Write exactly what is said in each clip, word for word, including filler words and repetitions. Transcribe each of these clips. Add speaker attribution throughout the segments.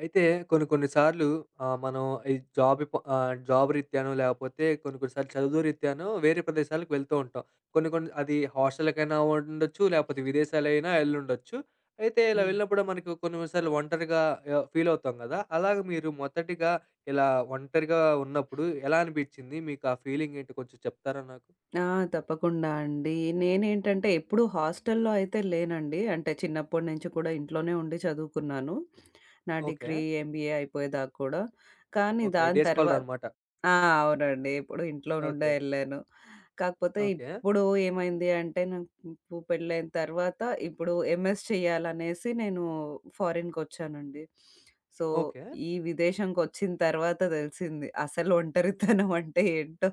Speaker 1: అయితే కొన్ని కొన్ని సార్లు ఆహ్, మనం ఈ జాబ్ ప ఆహ్, జాబ్ రీత్యానో లేకపోతే కొన్ని కొన్ని సార్లు చదువు రీత్యానో వేరే ప్రదేశాలకు వెళ్తూ ఉంటాం. కొన్ని కొన్ని అది హాస్టల్‌కైనా ఉండొచ్చు, లేకపోతే విదేశాలైనా ఎళ్ళుండొచ్చు. అయితే ఇలా
Speaker 2: హ్మ్.
Speaker 1: వెళ్ళినప్పుడు మనకు కొన్ని కొన్ని సార్లు ఒంటరిగా ఆహ్, ఫీల్ అవుతాం గదా! అలాగ మీరు మొదటిగా ఇలా ఒంటరిగా ఉన్నప్పుడు ఎలా అనిపిచ్చింది? మీకు ఆ ఫీలింగ్ ఏంటో కొంచెం చెప్తారా నాకు?
Speaker 2: ఆ! తప్పకుండా అండి. నేనేంటంటే ఎప్పుడు హాస్టల్‌లో అయితే లేనండి. అంటే చిన్నప్పటి నుంచి కూడా ఇంట్లోనే ఉండి చదువుకున్నాను. నా
Speaker 1: ఓకే.
Speaker 2: డిగ్రీ, ఎంబీఏ అయిపోయేదాకా కూడా. కానీ
Speaker 1: ఓకే.
Speaker 2: దాని
Speaker 1: డే స్కాలర్
Speaker 2: తర్వాత
Speaker 1: అనమాట.
Speaker 2: ఆ! అవునండి. ఎప్పుడు ఇంట్లో నుండే
Speaker 1: ఓకే.
Speaker 2: ఎళ్ళాను. కాకపోతే
Speaker 1: ఓకే.
Speaker 2: ఇప్పుడు ఏమైంది అంటే నాకు పెళ్ళైన తర్వాత ఇప్పుడు ఎంఎస్ చేయాలనేసి నేను ఫారిన్‌కొచ్చానండి. So,
Speaker 1: okay.
Speaker 2: ఈ విదేశంకొచ్చిన తర్వాత తెలిసింది అసలు ఒంటరితనం అంటే ఏంటో.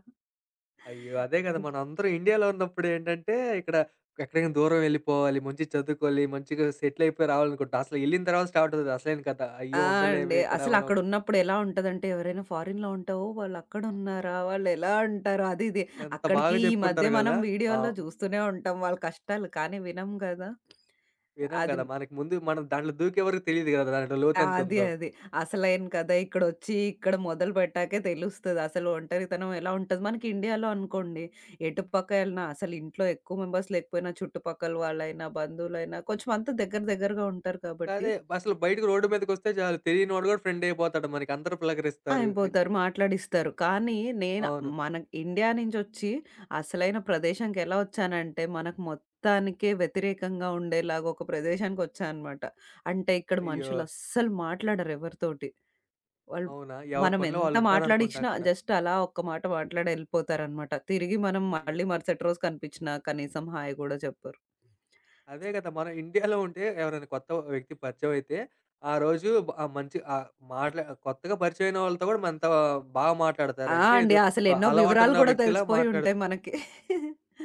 Speaker 1: అయ్యో! అదే గదా! మనందరం ఇండియాలో ఉన్నప్పుడేంటంటే, ఇక్కడ ఎక్కడికైనా దూరం వెళ్ళిపోవాలి, మంచిగా చదువుకోవాలి, మంచిగా సెటిల్ అయిపోయి రావాలనుకుంటాం. అసలు ఎళ్ళిన తర్వాత స్టార్ట్ అవుతది అసలైన కథ.
Speaker 2: ఆ!
Speaker 1: అయ్యో!
Speaker 2: అండి.
Speaker 1: ఉండలేమే ఇక్కడ మనం
Speaker 2: అసలక్కడున్నప్పుడు ఎలా ఉంటదంటే, ఎవరైనా ఫారిన్‌లో ఉంటావు, వాళ్ళక్కడున్నారా? వాళ్ళెలా ఉంటారు? అది ఇది.
Speaker 1: ఎంత
Speaker 2: అక్కడికి
Speaker 1: బాగా
Speaker 2: ఈ
Speaker 1: చెప్పుకుంటారు
Speaker 2: మధ్య మనం
Speaker 1: గదా! మా
Speaker 2: వీడియోల్లో చూస్తూనే ఉంటాం వాళ్ళ కష్టాలు, కానీ వినం గదా!
Speaker 1: వినం
Speaker 2: అది
Speaker 1: గదా! మనకి ముందు మనం దాంట్లో దూకే వరకు తెలీదు గదా! దాంట్లో
Speaker 2: ఆ! అది.
Speaker 1: లోతెంతుందో.
Speaker 2: అది. అసలైన కదా! ఇక్కడొచ్చి ఇక్కడ మొదలుపెట్టాకే తెలుస్తది. అసలు ఒంటరితనం ఎలా ఉంటది. మనకి ఇండియాలో అనుకోండి, ఎటు పక్క ఎళ్ళినా అసలు ఇంట్లో ఎక్కువ మెంబర్స్ లేకపోయినా, చుట్టుపక్కల వాళ్ళైనా, బంధువులైనా కొంచెం అంతా దగ్గర దగ్గరగా ఉంటారు కాబట్టి
Speaker 1: అదే అసలు బయటకి రోడ్డు మీదకొస్తే చాలు తెలియనోడు గూడా ఫ్రెండ్ అయిపోతాడు మనకి. అందరూ పలకరిస్తారు. ఎక్
Speaker 2: అయిపోతారు. మాట్లాడిస్తారు. కానీ నేను
Speaker 1: అవును.
Speaker 2: మన ఇండియా నుంచొచ్చి అసలైన ప్రదేశానికెలా వచ్చానంటే, మనకు మొత్తానికే వ్యతిరేకంగా ఉండేలాగా ఒక ప్రదేశానికొచ్చా అనమాట. అంటే ఇక్కడ
Speaker 1: అయ్యో!
Speaker 2: మనుషులు అస్సలు మాట్లాడరు ఎవరితోటి. వాళ్ళు
Speaker 1: అవునా? ఎవరి
Speaker 2: మనం
Speaker 1: పనిలో
Speaker 2: ఎంత
Speaker 1: వాళ్ళుంటారనుకుంటా
Speaker 2: మాట్లాడిచ్చినా
Speaker 1: అక్కడ.
Speaker 2: జస్ట్ అలా ఒక్క మాట మాట్లాడి ఎళ్ళిపోతారనమాట. తిరిగి మనం
Speaker 1: అయ్యో!
Speaker 2: మళ్ళీ మరుసటి రోజు కనిపించినా కనీసం హాయ్ గూడా చెప్పరు.
Speaker 1: అదే కదా! మనం ఇండియాలో ఉంటే ఎవరైనా కొత్త వ్యక్తి పరిచయం అయితే, ఆ రోజు బ ఆ మంచి ఆహ్, మాట్లా కొత్తగా పరిచయమైన వాళ్ళతో కూడా మనతో బాగా మాట్లాడతారు.
Speaker 2: ఆ!
Speaker 1: అంటే
Speaker 2: అండి.
Speaker 1: ఏదో
Speaker 2: అసలెన్నో వివరాలు
Speaker 1: అలవాటున్న
Speaker 2: గూడా
Speaker 1: వ్యక్తిలా
Speaker 2: తెలిసిపోయి
Speaker 1: మాట్లాడుతారు.
Speaker 2: ఉంటాయి మనకి.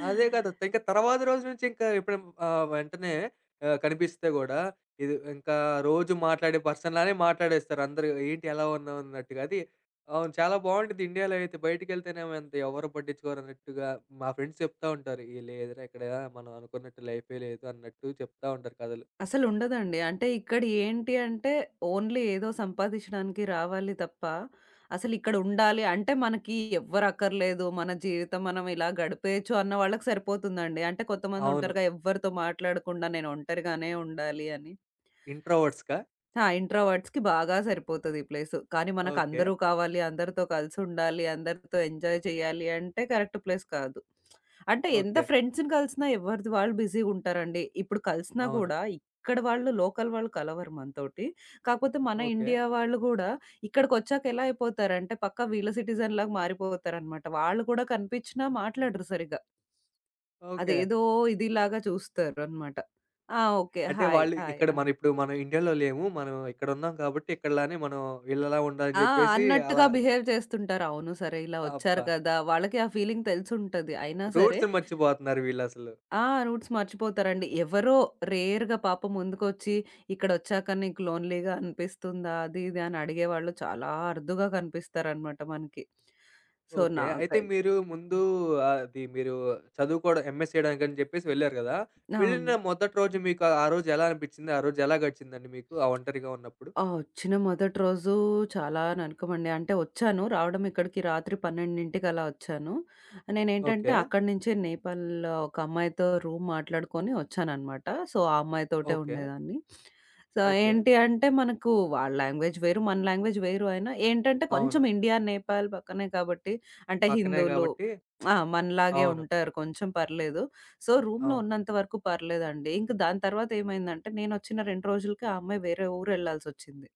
Speaker 1: అదే కదా! ఇంక తర్వాత రోజు నుంచి ఇంకా ఎప్పుడు ఆహ్, వెంటనే ఆహ్, కనిపిస్తే గూడా, ఇది ఇంకా రోజు మాట్లాడే పర్సన్‌లానే మాట్లాడేస్తారు అందరూ. ఏంటి ఎలా ఉన్నావు అన్నట్టుగా. అది అవును. చాలా బావుండిద్ది ఇండియాలో అయితే. బయటికెళ్తేనేమో ఎంత ఎవరు పట్టించుకోరు అన్నట్టుగా మా ఫ్రెండ్స్ చెప్తా ఉంటారు. "ఏ లేదురా ఇక్కడ మనం అనుకున్నట్టు లైఫే లేదు" అన్నట్టు చెప్తా ఉంటారు కథలు.
Speaker 2: అసలుండదండి. అంటే ఇక్కడ ఏంటి అంటే, ఓన్లీ ఏదో సంపాదించడానికి రావాలి తప్ప, అసలిక్కడుండాలి అంటే మనకి ఎవ్వరక్కర్లేదు. మన జీవితం మనం ఇలా గడిపేయొచ్చు అన్న వాళ్ళకి సరిపోతుందండి. అంటే
Speaker 1: అవును.
Speaker 2: కొంతమందుంటారుగా ఎవ్వరితో మాట్లాడకుండా నేను ఒంటరిగానే ఉండాలి అని.
Speaker 1: ఇంట్రోవర్ట్స్‌కా?
Speaker 2: ఆ! ఇంట్రోవర్ట్స్‌కి బాగా సరిపోతది ఈ ప్లేసు. కానీ
Speaker 1: ఓకే.
Speaker 2: మనకందరూ కావాలి, అందరితో కలిసుండాలి, అందరితో ఎంజాయ్ చేయాలి అంటే కరెక్ట్ ప్లేస్ కాదు. అంటే ఎంత
Speaker 1: ఓకే.
Speaker 2: ఫ్రెండ్స్‌ని కలిసినా ఎవరిది వాళ్ళు బిజీగుంటారండి. ఇప్పుడు కలిసినా
Speaker 1: అవును.
Speaker 2: కూడా ఇక్కడ వాళ్ళు లోకల్ వాళ్ళు కలవరు మనతోటి. కాకపోతే మన
Speaker 1: ఓకే.
Speaker 2: ఇండియా వాళ్ళు గూడా ఇక్కడికొచ్చాక ఎలా అయిపోతారంటే పక్కా వీళ్ళ సిటిజన్‌లాగా మారిపోతారనమాట. వాళ్ళు కూడా కనిపించినా మాట్లాడరు సరిగ్గా.
Speaker 1: ఓకే.
Speaker 2: అదేదో ఇదిలాగా చూస్తారనమాట. ఆ! ఓకే.
Speaker 1: అంటే
Speaker 2: హాయ్.
Speaker 1: వాళ్ళు
Speaker 2: హాయ్.
Speaker 1: ఇక్కడ
Speaker 2: ఆ!
Speaker 1: మనం ఇప్పుడు మనం ఇండియాలో లేము. మనం ఇక్కడున్నాం కాబట్టి ఇక్కడలానే మనం వీళ్ళలా ఉండాలని
Speaker 2: ఆ!
Speaker 1: జెప్పేసి అలా
Speaker 2: అన్నట్టుగా బిహేవ్ చేస్తుంటారు. అవును. సరే ఇలా వచ్చారు
Speaker 1: అబ్బా!
Speaker 2: కదా! వాళ్ళకి ఆ ఫీలింగ్ తెలిసుంటది. అయినా సరే
Speaker 1: రూట్స్‌ని మర్చిపోతున్నారు వీళ్ళసలు.
Speaker 2: ఆ! రూట్స్ మర్చిపోతారండి. ఎవరో రేర్‌గా పాపం ముందుకొచ్చి ఇక్కడొచ్చాక నీకు లోన్‌లీగా అనిపిస్తుందా? అది ఇది అని అడిగేవాళ్ళు చాలా అరుదుగా కనిపిస్తారనమాట మనకి. So,
Speaker 1: okay. అయితే
Speaker 2: నాకై
Speaker 1: మీరు ముందు అది మీరు చదువుకోవడం ఎంఎస్ చేయడానికని జెప్పేసి వెళ్లారు గదా!
Speaker 2: అవును.
Speaker 1: వెళ్ళిన మొదటి రోజు మీకు ఆ రోజు ఎలా అనిపిచ్చింది? ఆ రోజు ఎలా గడిచిందండి మీకు ఆ ఒంటరిగా ఉన్నప్పుడు?
Speaker 2: ఆ! వచ్చిన మొదటి రోజు చాలా నరకమండి. అంటే వచ్చాను. రావడం ఇక్కడికి పన్నెండుకి అలా వచ్చాను. నేనేంటంటే
Speaker 1: ఓకే.
Speaker 2: అక్కడి నుంచే నేపాల్ ఒక అమ్మాయితో రూమ్ మాట్లాడుకొని వచ్చాననమాట. సో, ఆ అమ్మాయితోటే
Speaker 1: ఓకే.
Speaker 2: ఉండేదాన్ని. So,
Speaker 1: okay.
Speaker 2: ఏంటి అంటే మనకు వాళ్ళ లాంగ్వేజ్ వేరు, మన లాంగ్వేజ్ వేరు అయినా ఏంటంటే
Speaker 1: అవును.
Speaker 2: కొంచెం ఇండియా, నేపాల్ పక్కనే కాబట్టి అంటే
Speaker 1: పక్కనే
Speaker 2: హిందువులు
Speaker 1: గాబట్టి
Speaker 2: ఆ! మనలాగే
Speaker 1: అవును.
Speaker 2: ఉంటారు. కొంచెం పర్లేదు. సో, రూమ్‌లో
Speaker 1: అవును.
Speaker 2: ఉన్నంత వరకు పర్లేదండి. ఇంక దాని తర్వాత ఏమైందంటే, నేనొచ్చిన రెండు రోజులకి ఆ అమ్మాయి వేరే ఊరెళ్ళాల్సొచ్చింది.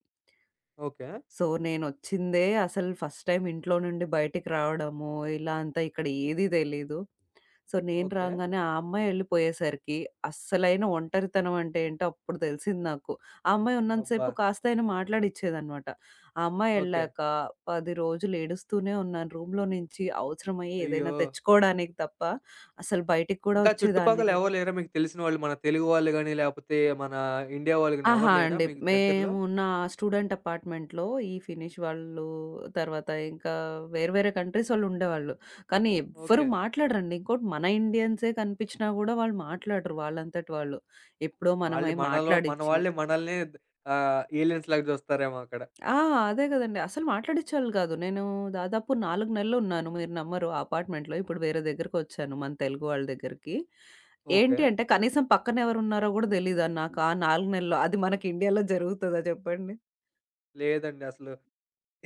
Speaker 1: ఓకే.
Speaker 2: సో, నేనొచ్చిందే అసలు ఫస్ట్ టైమ్ ఇంట్లో నుండి బయటికి రావడము, ఇలా అంతా ఇక్కడ ఏది తెలీదు. సో, నేను
Speaker 1: ఓకే.
Speaker 2: రాంగానే ఆ అమ్మాయి ఎళ్ళిపోయేసరికి అస్సలైన ఒంటరితనం అంటే ఏంటో అప్పుడు తెలిసింది నాకు. ఆ అమ్మాయి ఉన్నంత
Speaker 1: అబ్బా!
Speaker 2: సేపు కాస్తయినా మాట్లాడిచ్చేదనమాట. ఆ అమ్మాయి
Speaker 1: ఓకే.
Speaker 2: ఎళ్ళాక పది రోజులు ఏడుస్తూనే ఉన్నాను రూమ్‌లో నుంచి అవసరమయ్యి
Speaker 1: అయ్యో!
Speaker 2: ఏదైనా తెచ్చుకోవడానికి తప్ప అసలు బయటికి కూడా
Speaker 1: ఇంకా
Speaker 2: వచ్చేదాన్ని
Speaker 1: చుట్టుపక్కల
Speaker 2: కాదు.
Speaker 1: ఎవరు లేరా? మీకు తెలిసిన వాళ్ళు మన తెలుగు వాళ్ళు గాని, లేపోతే మన ఇండియా వాళ్ళు గాని
Speaker 2: ఆహా!
Speaker 1: ఎవరు లేరా
Speaker 2: అండి.
Speaker 1: మీకు దగ్గరలో?
Speaker 2: మేము నా స్టూడెంట్ అపార్ట్‌మెంట్‌లో ఈ ఫినిష్ వాళ్ళు, తర్వాత ఇంకా వేరు వేరే కంట్రీస్ వాళ్ళుండేవాళ్ళు. కానీ ఎవ్వరు
Speaker 1: ఓకే.
Speaker 2: మాట్లాడరండి. ఇంకోటి మన ఇండియన్సే కనిపించినా గూడా వాళ్ళు మాట్లాడరు వాళ్ళంతట వాళ్ళు. ఎప్పుడో
Speaker 1: వాళ్ళు
Speaker 2: మనమై
Speaker 1: మనలో మన
Speaker 2: మాట్లాడిచ్చి
Speaker 1: వాళ్ళే మనల్ని ఆహ్, ఏలియన్స్‌లాగా చూస్తారేమో అక్కడ.
Speaker 2: ఆ! అదే గదండీ. అసలు మాట్లాడిచ్చేవాళ్ళు కాదు. నేను దాదాపు నాలుగు నెలలున్నాను. మీరు నమ్మరు ఆ అపార్ట్‌మెంట్‌లో. ఇప్పుడు వేరే దగ్గరికొచ్చాను మన తెలుగు వాళ్ళ దగ్గరికి.
Speaker 1: ఓకే.
Speaker 2: ఏంటి అంటే కనీసం పక్కన ఎవరున్నారో గూడా తెలీదు నాకు ఆ నాలుగు నెలల్లో. అది మనకి ఇండియాలో జరుగుతదా చెప్పండి?
Speaker 1: లేదండి అసలు.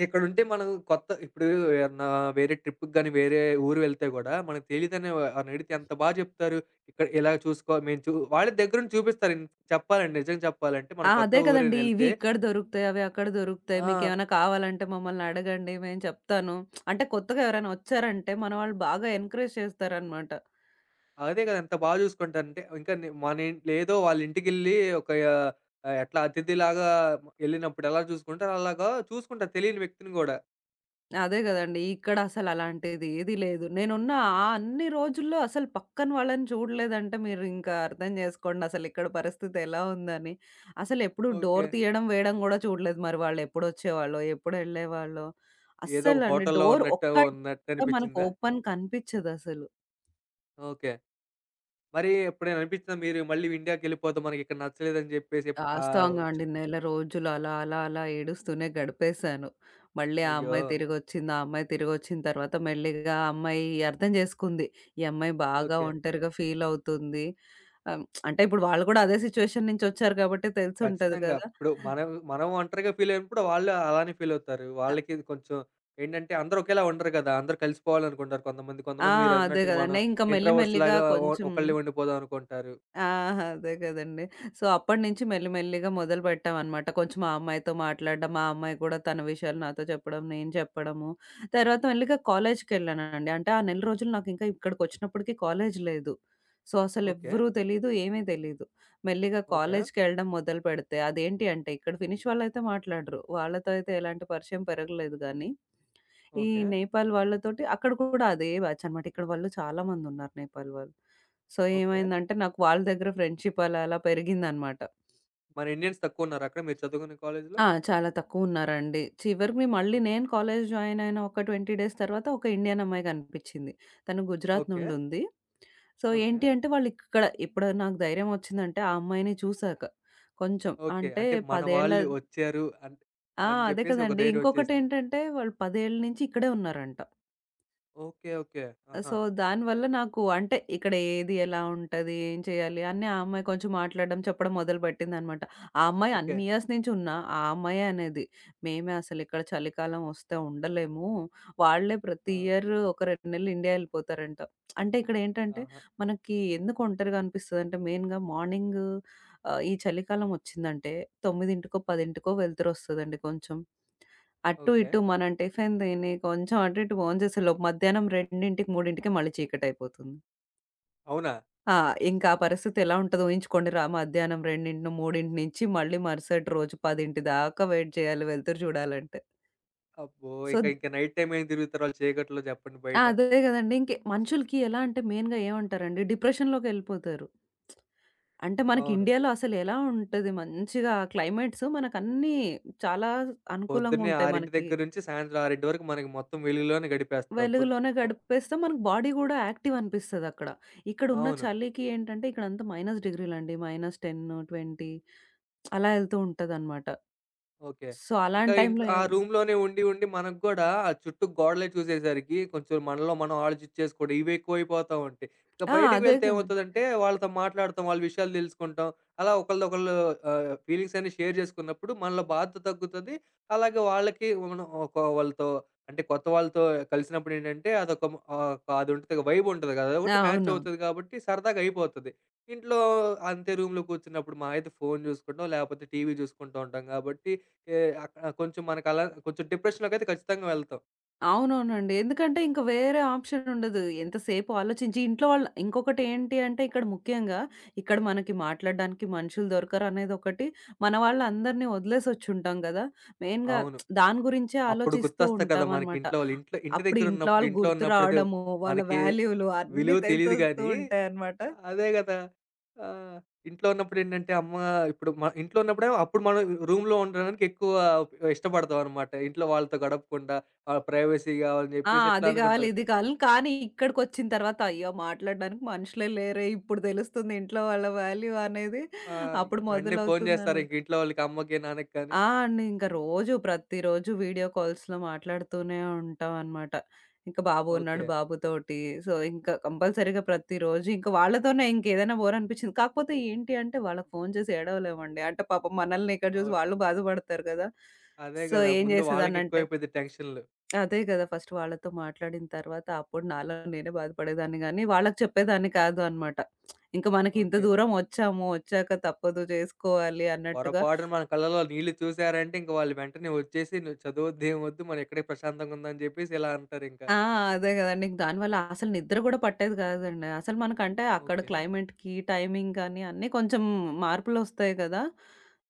Speaker 1: ఇక్కడుంటే మనం కొత్త ఇప్పుడు ఏమన్నా వేరే ట్రిప్‌కి గాని, వేరే ఊరు వెళ్తే గూడా మనకు తెలీదని ఎవరినైనా అడిగితే ఎంత బా చెప్తారు. ఇక్కడ ఇలా చూసుకో మేము చూ వాళ్ళే దగ్గరుండి చూపిస్తారు. ఇన్ చెప్పాలండి నిజంగా చెప్పాలంటే మనం
Speaker 2: ఆ!
Speaker 1: కొత్త
Speaker 2: అదే కదండీ.
Speaker 1: ఊరేనా
Speaker 2: ఇవి
Speaker 1: ఎళ్తే
Speaker 2: ఇక్కడ దొరుకుతాయి. అవి అక్కడ దొరుకుతాయి.
Speaker 1: ఆ!
Speaker 2: మీకేమైనా కావాలంటే మమ్మల్ని అడగండి. మేము చెప్తాను. అంటే కొత్తగా ఎవరైనా వచ్చారంటే మన వాళ్ళు బాగా ఎంకరేజ్ చేస్తారనమాట.
Speaker 1: అదే కదా! ఎంత బా జూసుకుంటారంటే, ఇంకా నే మనింట్లో ఏదో వాళ్ళింటికెళ్ళి ఒక ఆహ్, ఎట్లా అతిథిలాగా ఎళ్ళినప్పుడు ఎలా చూసుకుంటారో, అలాగా చూసుకుంటారు తెలియని వ్యక్తిని గూడా.
Speaker 2: అదే గదండీ. ఇక్కడ అసలు అలాంటిది ఏది లేదు. నేనున్న ఆ అన్ని రోజుల్లో అసలు పక్కన వాళ్ళని చూడలేదంటే మీరు ఇంకా అర్థం జేసుకోండి అసలు ఇక్కడ పరిస్థితి ఎలా ఉందని. అసలెప్పుడు
Speaker 1: ఓకే.
Speaker 2: డోర్ తీయడం, వేయడం గూడా చూడలేదు. మరి వాళ్ళు ఎప్పుడొచ్చేవాళ్ళో? ఎప్పుడెళ్ళేవాళ్ళో?
Speaker 1: ఏదో ఒక
Speaker 2: అస్సలండి.
Speaker 1: హోటల్‌లో
Speaker 2: డోర్
Speaker 1: ఉన్నట్టు
Speaker 2: ఒక్క కూడా మనకు
Speaker 1: ఉన్నట్టనిపిచ్చిందా?
Speaker 2: ఓపెన్ కనిపిచ్చదసలు.
Speaker 1: ఓకే. మరి ఎప్పుడైనా అనిపిచ్చిందా మీరు మళ్ళీ ఇండియాకెళ్ళిపోదాం, మనకిక్కడ నచ్చలేదని జెప్పేసి ఆహ్,
Speaker 2: వాస్తవంగా
Speaker 1: ఒచ్చు
Speaker 2: అండి. నెల రోజులు అలా, అలా, అలా ఏడుస్తూనే గడిపేశాను. మళ్ళీ ఆ
Speaker 1: అయ్యో!
Speaker 2: అమ్మాయి తిరిగొచ్చింది. ఆ అమ్మాయి తిరిగొచ్చిన తర్వాత మెల్లిగా ఆ అమ్మాయి అర్థం చేసుకుంది. ఈ అమ్మాయి బాగా
Speaker 1: ఓకే.
Speaker 2: ఒంటరిగా ఫీల్ అవుతుంది. ఆహ్, అంటే ఇప్పుడు వాళ్ళు కూడా అదే సిట్యుయేషన్ నుంచి వచ్చారు కాబట్టి తెలిసుంటది
Speaker 1: ఖచ్చితంగా.
Speaker 2: కదా!
Speaker 1: ఇప్పుడు మనం, మనం ఒంటరిగా ఫీల్ అయినప్పుడు వాళ్ళు అలానే ఫీల్ అవుతారు.
Speaker 2: ఆ!
Speaker 1: వాళ్ళకి ఇది కొంచెం ఏంటంటే అందరూ ఒకేలా ఉండరు కదా! అందరూ కలిసిపోవాలనుకుంటారు కొంతమంది.
Speaker 2: ఆ,
Speaker 1: కొంతమంది
Speaker 2: అదే
Speaker 1: మీరన్నట్టుగా మనం
Speaker 2: కదండీ. ఇంకా మెల్లి
Speaker 1: ఇంట్రోవర్ట్స్
Speaker 2: మెల్లిగా
Speaker 1: లాగా ఒ
Speaker 2: కొంచెం
Speaker 1: ఒకళ్ళే ఉండిపోదాం అనుకుంటారు.
Speaker 2: ఆహా! అదే కదండీ. సో, అప్పటినుంచి మెల్లి మెల్లిగా మొదలుపెట్టామనమాట. కొంచెం మా అమ్మాయితో మాట్లాడడం, మా అమ్మాయి కూడా తన విషయాలు నాతో చెప్పడం, నేను చెప్పడము. తర్వాత మెల్లిగా కాలేజ్‌కెళ్ళానండి. అంటే ఆ నెల రోజులు నాకింకా ఇక్కడికొచ్చినప్పటికి కాలేజ్ లేదు. So,
Speaker 1: okay.
Speaker 2: అసలెవ్వరూ తెలీదు, ఏమీ తెలీదు. మెల్లిగా
Speaker 1: ఓకే.
Speaker 2: కాలేజ్‌కెళ్ళడం మొదలుపెడితే అదేంటి అంటే ఇక్కడ ఫినిష్ వాళ్ళైతే మాట్లాడరు. వాళ్ళతో అయితే ఎలాంటి పరిచయం పెరగలేదు గానీ ఈ
Speaker 1: ఓకే.
Speaker 2: నేపాల్ వాళ్ళతోటి అక్కడ కూడా అదే బ్యాచ్ అనమాట. ఇక్కడ వాళ్ళు చాలా మందున్నారు నేపాల్ వాళ్ళు. So,
Speaker 1: okay.
Speaker 2: ఏమైందంటే నాకు వాళ్ళ దగ్గర ఫ్రెండ్‌షిప్ అలా అలా పెరిగిందనమాట.
Speaker 1: మన ఇండియన్స్ తక్కువున్నారా అక్కడ మీరు చదువుకునే కాలేజీలో?
Speaker 2: ఆ! చాలా తక్కువున్నారండి. చివరికి
Speaker 1: ఓ
Speaker 2: మళ్ళీ నేను కాలేజ్ జాయిన్ అయిన ఒక ఇరవై డేస్ తర్వాత ఒక ఇండియన్ అమ్మాయి కనిపిచ్చింది. తను గుజరాత్
Speaker 1: ఓకే.
Speaker 2: నుండుంది. So,
Speaker 1: okay.
Speaker 2: ఏంటి అంటే వాళ్ళిక్కడ ఇప్పుడు నాకు ధైర్యం వచ్చిందంటే ఆ అమ్మాయిని చూసాక. కొంచెం
Speaker 1: ఓకే.
Speaker 2: అంటే
Speaker 1: అంటే మన
Speaker 2: 10 ఏళ్ల
Speaker 1: వాళ్ళు వచ్చారు అన్
Speaker 2: ఆ!
Speaker 1: అని
Speaker 2: అదే
Speaker 1: జెప్పేసి ఒక
Speaker 2: కదండీ.
Speaker 1: ధైర్యం వచ్చేసిందా?
Speaker 2: ఇంకొకటేంటంటే వాళ్ళు పది ఏళ్ల నుంచి ఇక్కడే ఉన్నారంట.
Speaker 1: ఓకే. ఓకే. ఆహా!
Speaker 2: సో, దానివల్ల నాకు అంటే ఇక్కడ ఏది ఎలా ఉంటది? ఏం చేయాలి? అని ఆ అమ్మాయి కొంచెం మాట్లాడడం, చెప్పడం మొదలుపెట్టిందనమాట. ఆ అమ్మాయి
Speaker 1: ఓకే.
Speaker 2: అన్ని ఇయర్స్ నుంచి ఉన్నా, ఆ అమ్మాయే అనేది, "మేమే అసలిక్కడ చలికాలం వస్తే ఉండలేము. వాళ్ళే ప్రతి
Speaker 1: ఆ!
Speaker 2: ఇయర్ ఒక రెండు నెలలు ఇండియా ఎళ్ళిపోతారంట." అంటే ఇక్కడేంటంటే,
Speaker 1: ఆహా!
Speaker 2: మనకి ఎందుకు ఒంటరిగా అనిపిస్తదంటే, మెయిన్‌గా మార్నింగ్ ఆహ్, ఈ చలికాలం వచ్చిందంటే తొమ్మిదికో, పదికో వెలుతురొస్తదండి కొంచెం. అటు
Speaker 1: ఓకే.
Speaker 2: ఇటు మనం టిఫిన్ తిని కొంచెం అటు ఇటు భోంచేసేలోపు మధ్యాహ్నం రెండు, 3:00కి మళ్ళీ చీకటయిపోతుంది.
Speaker 1: అవునా?
Speaker 2: ఆ! ఇంకా ఆ పరిస్థితి ఎలా ఉంటదో ఊహించుకోండిరా మధ్యాహ్నం రెండు, మూడు నుంచి మళ్ళీ మరుసటి రోజు పది దాకా వెయిట్ చేయాలి వెలుతురు చూడాలంటే.
Speaker 1: అబ్బో!
Speaker 2: సో,
Speaker 1: ఇంక ఇంక నైట్ టైమ్ ఏం తిరుగుతారు వాళ్ళు చీకట్లో చెప్పండి
Speaker 2: ఆ!
Speaker 1: బయట?
Speaker 2: అదే గదండీ. ఇంక మనుషులకి ఎలా అంటే మెయిన్‌గా ఏమంటారండి డిప్రెషన్‌లోకెళ్ళిపోతారు. అంటే మనకి
Speaker 1: అవును.
Speaker 2: ఇండియాలో అసలెలా ఉంటది మంచిగా క్లైమేట్స్ మనకన్నీ చాలా
Speaker 1: పొద్దున్నే
Speaker 2: అనుకూలంగుంటాయి
Speaker 1: ఆరు
Speaker 2: మనకి.
Speaker 1: దగ్గర నుంచి సాయంత్రం ఆరు వరకు మనకి మొత్తం వెలుగులోనే గడిపేస్తాం. పొద్
Speaker 2: వెలుగులోనే
Speaker 1: పొ
Speaker 2: గడిపేస్తాం. మనకు బాడీ గూడా యాక్టివ్ అనిపిస్తదక్కడ. ఇక్కడున్న
Speaker 1: అవును.
Speaker 2: చలికి ఏంటంటే ఇక్కడంతా -డిగ్రీలండి. -పది, ఇరవై అలా యెళ్తూ ఉంటదనమాట.
Speaker 1: ఓకే.
Speaker 2: సో,
Speaker 1: ఇంకా
Speaker 2: అలాంటి
Speaker 1: ఇంట్లో
Speaker 2: టైంలో
Speaker 1: ఆ
Speaker 2: ఏవండి
Speaker 1: రూమ్‌లోనే ఉండి, ఉండి మనకు గూడా ఆ చుట్టూ గోడలే చూసేసరికి కొంచెం మనలో మనం ఆలోచించేసుకోవడం ఇవి ఎక్కువైపోతా ఉంటాయి. ఇక
Speaker 2: ఆ!
Speaker 1: బయటికి
Speaker 2: అదే
Speaker 1: వెళ్తే
Speaker 2: కదండీ.
Speaker 1: ఏమవుతదంటే వాళ్ళతో మాట్లాడతాం, వాళ్ళ విషయాలు తెలుసుకుంటాం. అలా ఒకళ్ళది ఒకళ్ళు ఆహ్, ఫీలింగ్స్ అన్నీ షేర్ చేసుకున్నప్పుడు మనలో బాధ తగ్గుతది. అలాగే వాళ్ళకి మనం ఒక వాళ్ళతో అంటే కొత్త వాళ్ళతో కలిసినప్పుడు ఏంటంటే అదొక ఆహ్, అది ఉంటది వైబ్ ఉంటది కదా!
Speaker 2: ఆ!
Speaker 1: అదొకటి మ్యాచ్
Speaker 2: అవునవును.
Speaker 1: అవుతది కాబట్టి సరదాగా అయిపోతది. ఇంట్లో అంతే రూమ్‌లో కూర్చున్నప్పుడు మహా అయితే ఫోన్ చూసుకుంటాం, లేకపోతే టీవీ చూసుకుంటూ ఉంటాం కాబట్టి ఏ అక్కడ కొంచెం మనకలా కొంచెం డిప్రెషన్‌లోకైతే ఖచ్చితంగా వెళ్తాం.
Speaker 2: అవునవునండి. ఎందుకంటే ఇంక వేరే ఆప్షన్ ఉండదు. ఎంతసేపు ఆలోచించి ఇంట్లో వాళ్ళు ఇంకొకటి ఏంటి అంటే ఇక్కడ ముఖ్యంగా ఇక్కడ మనకి మాట్లాడడానికి మనుషులు దొరకరనేదొకటి. మన వాళ్ళందరిని వదిలేసొచ్చుంటాం గదా! మెయిన్‌గా
Speaker 1: అవును.
Speaker 2: దాని గురించే
Speaker 1: అప్పుడు
Speaker 2: ఆలోచిస్తూ
Speaker 1: గుర్తొస్తారు కదా! మనకి
Speaker 2: ఉంటామనమాట.
Speaker 1: ఇంట్లో వాళ్ళు. ఇంట్లో ఇంటి
Speaker 2: అప్పుడు ఇంట్లో
Speaker 1: దగ్గరున్నప్పుడు,
Speaker 2: వాళ్ళు
Speaker 1: ఇంట్లో
Speaker 2: గుర్తు
Speaker 1: ఉన్నప్పుడైతే
Speaker 2: రావడము, వాళ్ళ
Speaker 1: మనకి
Speaker 2: వాల్యూలు అన్నీ
Speaker 1: విలువ తెలీదు
Speaker 2: తెలిసొస్తూ
Speaker 1: గానీ,
Speaker 2: ఉంటాయన్నమాట.
Speaker 1: అదే గదా! ఆహ్, ఇంట్లో ఉన్నప్పుడేంటంటే అమ్మ ఇప్పుడు మ ఇంట్లో ఉన్నప్పుడేమో అప్పుడు మనం రూమ్‌లో ఉండడానికి ఎక్కువ ఇష్టపడతామనమాట. ఇంట్లో వాళ్ళతో గడపకుండా ఆహ్, ప్రైవసీ గావాలని
Speaker 2: ఆ!
Speaker 1: జెప్పేసి ఇట్లా
Speaker 2: అది కావాలి,
Speaker 1: అనుకుంటాం.
Speaker 2: ఇది కావాలని కానీ ఇక్కడికొచ్చిన తర్వాత అయ్యో! మాట్లాడడానికి మనుషులే లేరే! ఇప్పుడు తెలుస్తుంది ఇంట్లో వాళ్ళ వాల్యూ అనేది
Speaker 1: ఆహ్,
Speaker 2: అప్పుడు
Speaker 1: వెంటనే ఫోను జేస్తారు
Speaker 2: మొదలవుతుందనమాట.
Speaker 1: ఇంక ఇంట్లో వాళ్ళకి అమ్మకి, నాన్నకి కానీ.
Speaker 2: ఆ! అండి. ఇంక రోజు ప్రతిరోజు వీడియో కాల్స్‌లో మాట్లాడుతూనే ఉంటామనమాట. ఇంక బాబు ఉన్నాడు
Speaker 1: ఓకే.
Speaker 2: బాబుతోటి. సో, ఇంక కంపల్సరీగా ప్రతిరోజు ఇంక వాళ్ళతోనే ఇంకేదైనా బోర్ అనిపిచ్చింది. కాకపోతే ఏంటి అంటే వాళ్ళకి ఫోను చేసి ఏడవలేమండి. అంటే పాపం మనల్ని ఇక్కడ చూసి
Speaker 1: అవును.
Speaker 2: వాళ్ళు బాధపడతారు గదా!
Speaker 1: అదే
Speaker 2: సో,
Speaker 1: గదా!
Speaker 2: ఏం
Speaker 1: ముందు
Speaker 2: చేసేదాన్నంటే
Speaker 1: వాళ్ళకెక్కువైపోద్ది టెన్షన్‌లు.
Speaker 2: అదే గదా! ఫస్ట్ వాళ్ళతో మాట్లాడిన తర్వాత అప్పుడు నాలో నేనే బాధపడేదాన్ని గానీ, వాళ్ళకి చెప్పేదాన్ని కాదు అనమాట. ఇంక మనకి ఇంత
Speaker 1: ఓకే.
Speaker 2: దూరం వచ్చాము. వచ్చాక తప్పదు చేసుకోవాలి అన్నట్టుగా
Speaker 1: పొరపాటున మన కళ్ళలో నీళ్ళు చూసారంటే ఇంక వాళ్ళు వెంటనే వచ్చేసి "నువ్వు చదవొద్దు, ఏం వద్దు. మనం ఇక్కడే ప్రశాంతంగా ఉందాం" అని చెప్పేసి ఇలా అంటారింక.
Speaker 2: ఆ! అదే గదండీ. ఇంక దానివల్ల అసలు నిద్ర గూడా పట్టేది గాదండి. అసలు మనకంటే అక్కడ
Speaker 1: ఓకే.
Speaker 2: క్లైమేట్‌కి, టైమింగ్ గానీ అన్నీ కొంచెం మార్పులొస్తాయి గదా!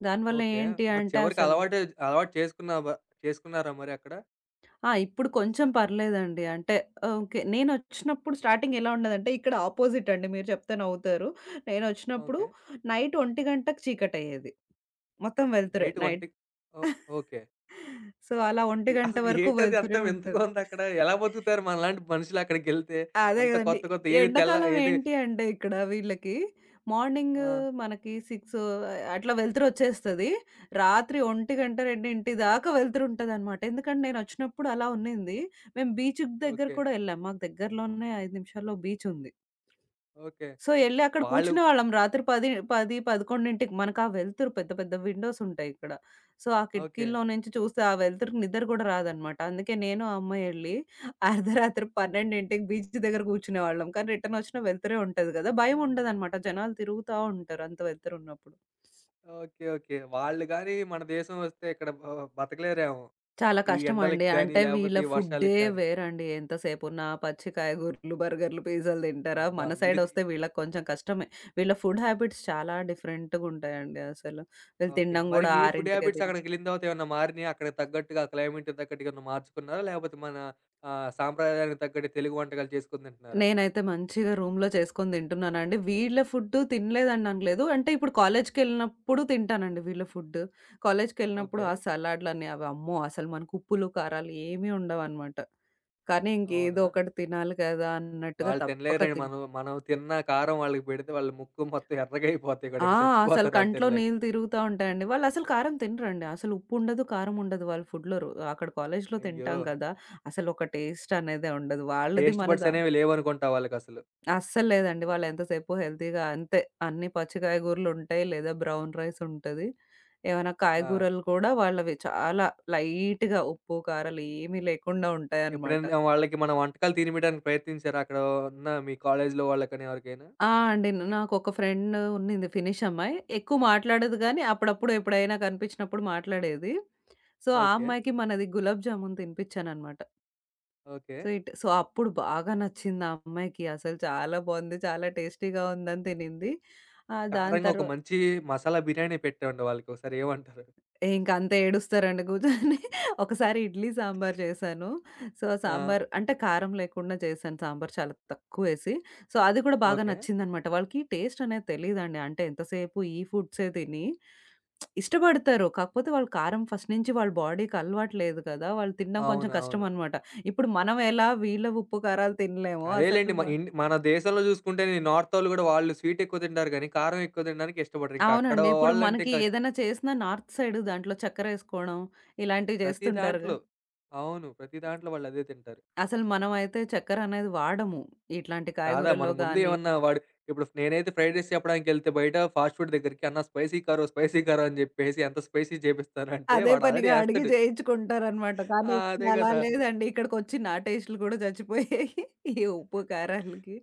Speaker 2: దానివల్ల
Speaker 1: ఓకే.
Speaker 2: ఏంటి
Speaker 1: మరి
Speaker 2: అంటే
Speaker 1: చివరికి
Speaker 2: అసలు
Speaker 1: అలవాటు అలవాటు చేసుకున్నావా? చేసుకున్నారా మరి అక్కడ?
Speaker 2: ఆ! ఇప్పుడు కొంచెం పర్లేదండి. అంటే ఓకే. నేనొచ్చినప్పుడు స్టార్టింగ్ ఎలా ఉండేదంటే ఇక్కడ ఆపోజిట్ అండి. మీరు చెప్తే నవ్వుతారు. నేనొచ్చినప్పుడు
Speaker 1: ఓకే.
Speaker 2: నైట్ 1:00కి చీకటయ్యేది. మొత్తం వెలుతురే
Speaker 1: నైట్
Speaker 2: నైట్.
Speaker 1: ఒంటిగంటకి ఓ ఓకే.
Speaker 2: సో, అలా
Speaker 1: ఈ
Speaker 2: ఒకటి
Speaker 1: అసలు
Speaker 2: వరకు
Speaker 1: ఏటది అంత
Speaker 2: వెలుతురే
Speaker 1: వింతగా
Speaker 2: ఉంటది.
Speaker 1: ఉందక్కడ? ఎలా బతుకుతారు మనలాంటి మనుషులక్కడికెళ్తే?
Speaker 2: అదే
Speaker 1: అంత
Speaker 2: గదండీ.
Speaker 1: కొత్త కొత్త ఏది తెల్ల
Speaker 2: ఎండాకాలం
Speaker 1: ఏది
Speaker 2: ఏంటి అంటే ఇక్కడ వీళ్ళకి మార్నింగ్
Speaker 1: ఆ!
Speaker 2: మనకి ఆరు అట్లా వెలుతురొచ్చేస్తది. రాత్రి ఒకటి రెండు దాకా వెలుతురుంటదనమాట. ఎందుకంటే నేనొచ్చినప్పుడు అలా ఉన్నింది. మేము బీచ్‌కి దగ్గర
Speaker 1: ఓకే.
Speaker 2: కూడా ఎళ్ళాం. మాకు దగ్గరలోనే ఐదు నిమిషాల్లో బీచుంది.
Speaker 1: ఓకే.
Speaker 2: సో, ఎళ్లి అక్కడ
Speaker 1: వాళ్ళు ఓకే.
Speaker 2: కూర్చునేవాళ్ళం. రాత్రి పది పది, పదకొండుకి మనకా వెలుతురు పెద్ద పెద్ద విండోస్ ఉంటాయిక్కడ. సో, ఆ కిటికీల్లో నుంచి చూస్తే ఆ వెలుతురుకి నిద్ర గూడా రాదనమాట. అందుకే నేను, ఆ అమ్మాయి ఎళ్లి అర్ధరాత్రి పన్నెండుకి బీచ్ దగ్గర కూర్చునేవాళ్ళం. కానీ రిటర్నొచ్చినా వెలుతురే ఉంటది గదా! భయం ఉండదనమాట. జనాలు తిరుగుతా ఉంటారు అంత వెలుతురున్నప్పుడు.
Speaker 1: ఓకే. ఓకే. వాళ్ళు గాని మన దేశం వస్తే ఇక్కడ బ బతకలేరేమో!
Speaker 2: చాలా
Speaker 1: ఈ
Speaker 2: కష్టమండి.
Speaker 1: ఎండలకి గానీ,
Speaker 2: అంటే
Speaker 1: లేపోతే
Speaker 2: వీళ్ళ
Speaker 1: ఈ
Speaker 2: ఫుడ్డే
Speaker 1: వర్షాలకి కానీ.
Speaker 2: వేరండి. ఎంతసేపున్నా పచ్చి కాయగూరలు, బర్గర్‌లు, పిజ్జాలు తింటారా?
Speaker 1: అబ్బా!
Speaker 2: మన
Speaker 1: ఇవిది
Speaker 2: సైడొస్తే వీళ్ళకి కొంచెం కష్టమే. వీళ్ళ ఫుడ్ హ్యాబిట్స్ చాలా డిఫరెంట్‌గుంటాయండి అసలు. వీళ్ళు
Speaker 1: ఓకే.
Speaker 2: తినడం
Speaker 1: మరి
Speaker 2: గూడా
Speaker 1: మీ ఫుడ్
Speaker 2: 6కే
Speaker 1: హ్యాబిట్స్
Speaker 2: తింట
Speaker 1: అక్కడికెళ్ళిన తర్వాత ఏమన్నా మారినియా? అక్కడికి తగ్గట్టుగా క్లైమేట్‌కి తగ్గట్టుగా ఏమన్నా మార్చుకున్నారా? లేపోతే మన ఆహ్, సాంప్రదాయానికి తగ్గట్టు తెలుగు వంటకాలు చేసుకొని తింటున్నారా?
Speaker 2: నేనైతే మంచిగా రూమ్‌లో చేసుకొని తింటున్నానండి. వీళ్ళ ఫుడ్డు తినలేదని అనలేదు. అంటే ఇప్పుడు కాలేజ్‌కెళ్ళినప్పుడు తింటానండి వీళ్ళ ఫుడ్డు. కాలేజ్‌కెళ్ళినప్పుడు
Speaker 1: ఓకే.
Speaker 2: ఆ సలాడ్‌లని అవి అమ్మో! అసలు మనకు ఉప్పులు, కారాలు ఏమీ ఉండవనమాట. కానీ ఇంకేదో
Speaker 1: అవునా?
Speaker 2: ఒకటి తినాలి కదా! అన్నట్టుగా
Speaker 1: వాళ్ళు
Speaker 2: తప్పక
Speaker 1: తినలేరండి.
Speaker 2: తిన్
Speaker 1: మనం మనం తిన్న కారం వాళ్ళకి పెడితే వాళ్ళ ముక్కు మొత్తం ఎర్రగయిపోతాయి కూడా.
Speaker 2: ఆ!
Speaker 1: ఇంక
Speaker 2: అసలు
Speaker 1: చచ్చిపోతారు వాళ్ళు
Speaker 2: కంట్లో
Speaker 1: తినలేక.
Speaker 2: నీళ్ళు తిరుగుతా ఉంటాయండి. వాళ్ళసలు కారం తినరండి. అసలు ఉప్పుండదు, కారం ఉండదు వాళ్ళ ఫుడ్‌లో. రో అక్కడ కాలేజ్‌లో
Speaker 1: అయ్యో!
Speaker 2: తింటాం కదా! అసలు ఒక టేస్ట్ అనేదే ఉండదు. వాళ్ళది
Speaker 1: టేస్ట్ బడ్స్
Speaker 2: మనదా
Speaker 1: అనేవి లేవనుకుంటా వాళ్ళకసలు.
Speaker 2: అస్సలు లేదండి. వాళ్ళు ఎంతసేపు హెల్తీగా అంతే అన్ని పచ్చి కాయగూరలుంటాయి లేదా బ్రౌన్ రైస్ ఉంటది. ఏమైనా
Speaker 1: ఆ!
Speaker 2: కాయగూరలు కూడా వాళ్ళవి చాలా లైట్‌గా ఉప్పు, కారాలు ఏమీ లేకుండా ఉంటాయన్నమాట.
Speaker 1: ఎప్పుడైనా వాళ్ళకి మన వంటకాలు తినిపియడానికి ప్రయత్నించారా? అక్కడ ఉన్న మీ కాలేజీలో వాళ్ళకని ఎవరికైనా?
Speaker 2: ఆ! అండి. నాకొక ఫ్రెండ్ ఉండింది ఫినిష్ అమ్మాయి. ఎక్కువ మాట్లాడదు గానీ, అప్పుడప్పుడు ఎప్పుడైనా కనిపించినప్పుడు మాట్లాడేది. సో, ఆ
Speaker 1: ఓకే.
Speaker 2: అమ్మాయికి మనది గులాబ్ జామున్ తినిపించాననమాట.
Speaker 1: ఓకే.
Speaker 2: స్వీట్. సో, అప్పుడు బాగా నచ్చింది ఆ అమ్మాయికి. అసలు చాలా బావుంది. చాలా టేస్టీగా ఉందని తినింది. ఆహ్, దాని
Speaker 1: కారంగా ఒక
Speaker 2: తర్వా
Speaker 1: మంచి మసాలా బిర్యానీ పెట్టామండి వాళ్ళకొకసారి ఏమంటారు?
Speaker 2: ఇంక అంత ఏడుస్తారండి కూర్చొని. ఒకసారి ఇడ్లీ సాంబార్ చేశాను. సో, ఆ
Speaker 1: ఆ!
Speaker 2: సాంబార్ అంటే కారం లేకుండా చేశాను. సాంబార్ చాలా తక్కువేసి. సో, అది కూడా బాగా
Speaker 1: ఓకే.
Speaker 2: నచ్చిందనమాట. వాళ్ళకి టేస్ట్ అనేది తెలీదండి. అంటే ఎంతసేపు ఈ ఫుడ్సే తిని ఇష్టపడతారు. కాకపోతే వాళ్ళు కారం ఫస్ట్ నుంచి వాళ్ళ బాడీకి అలవాటు లేదు కదా! వాళ్ళు తినడం
Speaker 1: అవును.
Speaker 2: కొంచెం
Speaker 1: అవును.
Speaker 2: కష్టమనమాట. ఇప్పుడు మనం ఎలా వీళ్ళ ఉప్పు, కారాలు తినలేమో
Speaker 1: అదేలెండి.
Speaker 2: అసలు
Speaker 1: మ
Speaker 2: వ
Speaker 1: ఇన్ మన దేశంలో చూసుకుంటే ఈ నార్తోళ్ళు గూడా వాళ్ళు స్వీట్ ఎక్కువ తింటారు గానీ, కారం ఎక్కువ తినడానికి ఇష్టపడరు. ఇంకా అక్కడ
Speaker 2: అవునండి. ఇప్పుడు
Speaker 1: వాళ్ళంటే
Speaker 2: మనకి
Speaker 1: ఇంకా
Speaker 2: ఏదైనా చేసినా నార్త్ సైడ్ దాంట్లో చక్కెరేసుకోవడం ఇలాంటివి
Speaker 1: ప్రతి
Speaker 2: చేస్తుంటారుగా.
Speaker 1: దాంట్లో అవును. ప్రతి దాంట్లో వాళ్ళదే తింటారు.
Speaker 2: అసలు మనమైతే చక్కెర అనేది వాడము. ఇట్లాంటి
Speaker 1: కాదా
Speaker 2: కాయగూరల్లో
Speaker 1: మనం ముందు
Speaker 2: గాని,
Speaker 1: ఏమన్నా వాడు ఇప్పుడు నేనైతే ఫ్రైడ్ రైస్ చెప్పడానికెళ్తే బయట ఫాస్ట్ ఫుడ్ దగ్గరికి "అన్నా స్పైసీ కారో, స్పైసీ కారో" అని చెప్పేసి ఎంత స్పైసీ చేపిస్తానంటే
Speaker 2: అదే
Speaker 1: వాడు ఆల్రెడీ
Speaker 2: పనిగా అడిగి
Speaker 1: ఏస్తాడు.
Speaker 2: జేయించుకుంటారనమాట. కానీ
Speaker 1: ఆ!
Speaker 2: ఇక్కడ
Speaker 1: అదే
Speaker 2: అలా
Speaker 1: గదా!
Speaker 2: లేదండి. ఇక్కడికొచ్చి నా టేస్టులు కూడా చచ్చిపోయాయి. ఈ ఉప్పు, కారాలకి.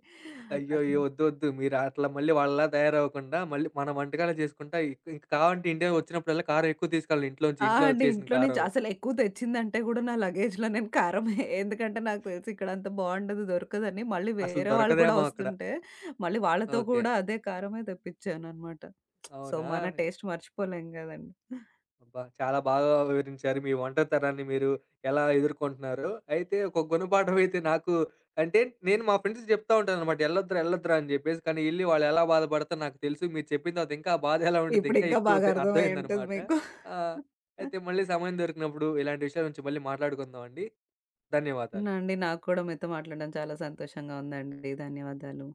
Speaker 1: అయ్యోయ్యో!
Speaker 2: అసలు
Speaker 1: వద్దు, వద్దు. మీరు అట్లా మళ్ళీ వాళ్ళలా తయారవ్వకుండా, మళ్ళీ మన వంటకాలే చేసుకుంటా ఇక్ ఇంక కావాలంటే ఇండియా వచ్చినప్పుడల్లా కారం ఎక్కువ తీసుకెళ్ళాలి ఇంట్లోంచి.
Speaker 2: ఆ!
Speaker 1: ఇంట్లో
Speaker 2: అండి.
Speaker 1: చేసిన
Speaker 2: ఇంట్లో నుంచి
Speaker 1: కారం ఇది.
Speaker 2: అసలు ఎక్కువ తెచ్చిందంటే గూడా నా లగేజ్‌లో నేను కారమే. ఎందుకంటే నాకు తెలిసి ఇక్కడ అంత బావుండదు, దొరకదని. మళ్ళీ
Speaker 1: అసలు
Speaker 2: వేరే వాళ్ళు కూడా
Speaker 1: దొరకదేమో అక్కడ.
Speaker 2: వస్తుంటే, మళ్ళీ వాళ్ళతో
Speaker 1: ఓకే.
Speaker 2: కూడా అదే కారమే తెప్పించాననమాట. సో,
Speaker 1: అవునా?
Speaker 2: మన టేస్ట్ మర్చిపోలేం గదండీ!
Speaker 1: అబ్బా! చాలా బాగా వివరించారు. మీ ఒంటరితనాన్ని మీరు ఎలా ఎదుర్కుంటున్నారో. అయితే ఒక గుణపాఠం అయితే నాకు అంటే నేను మా ఫ్రెండ్స్‌కి చెప్తా ఉంటాననమాట. ఎళ్ళొద్దురా, ఎళ్ళొద్దురా అని చెప్పేసి. కానీ ఎళ్లి వాళ్ళు ఎలా బాధపడతారో నాకు తెలుసు. మీరు చెప్పిన తర్వాత ఇంకా ఆ బాధ ఎలా ఉండిద్ది ఇంకా
Speaker 2: ఇప్పుడింకా
Speaker 1: ఎక్కువ
Speaker 2: బాగా
Speaker 1: తె
Speaker 2: అర్థమై ఉంటది
Speaker 1: అర్థమైందనమాట.
Speaker 2: మీకు.
Speaker 1: ఆహ్, అయితే మళ్ళీ సమయం దొరికినప్పుడు ఇలాంటి విషయాల గురించి మళ్ళీ మాట్లాడుకుందాం అండి.
Speaker 2: అవునా
Speaker 1: ధన్యవాదాలు.
Speaker 2: అండి. నాకు కూడా మీతో మాట్లాడడం చాలా సంతోషంగా ఉందండి. ధన్యవాదాలు.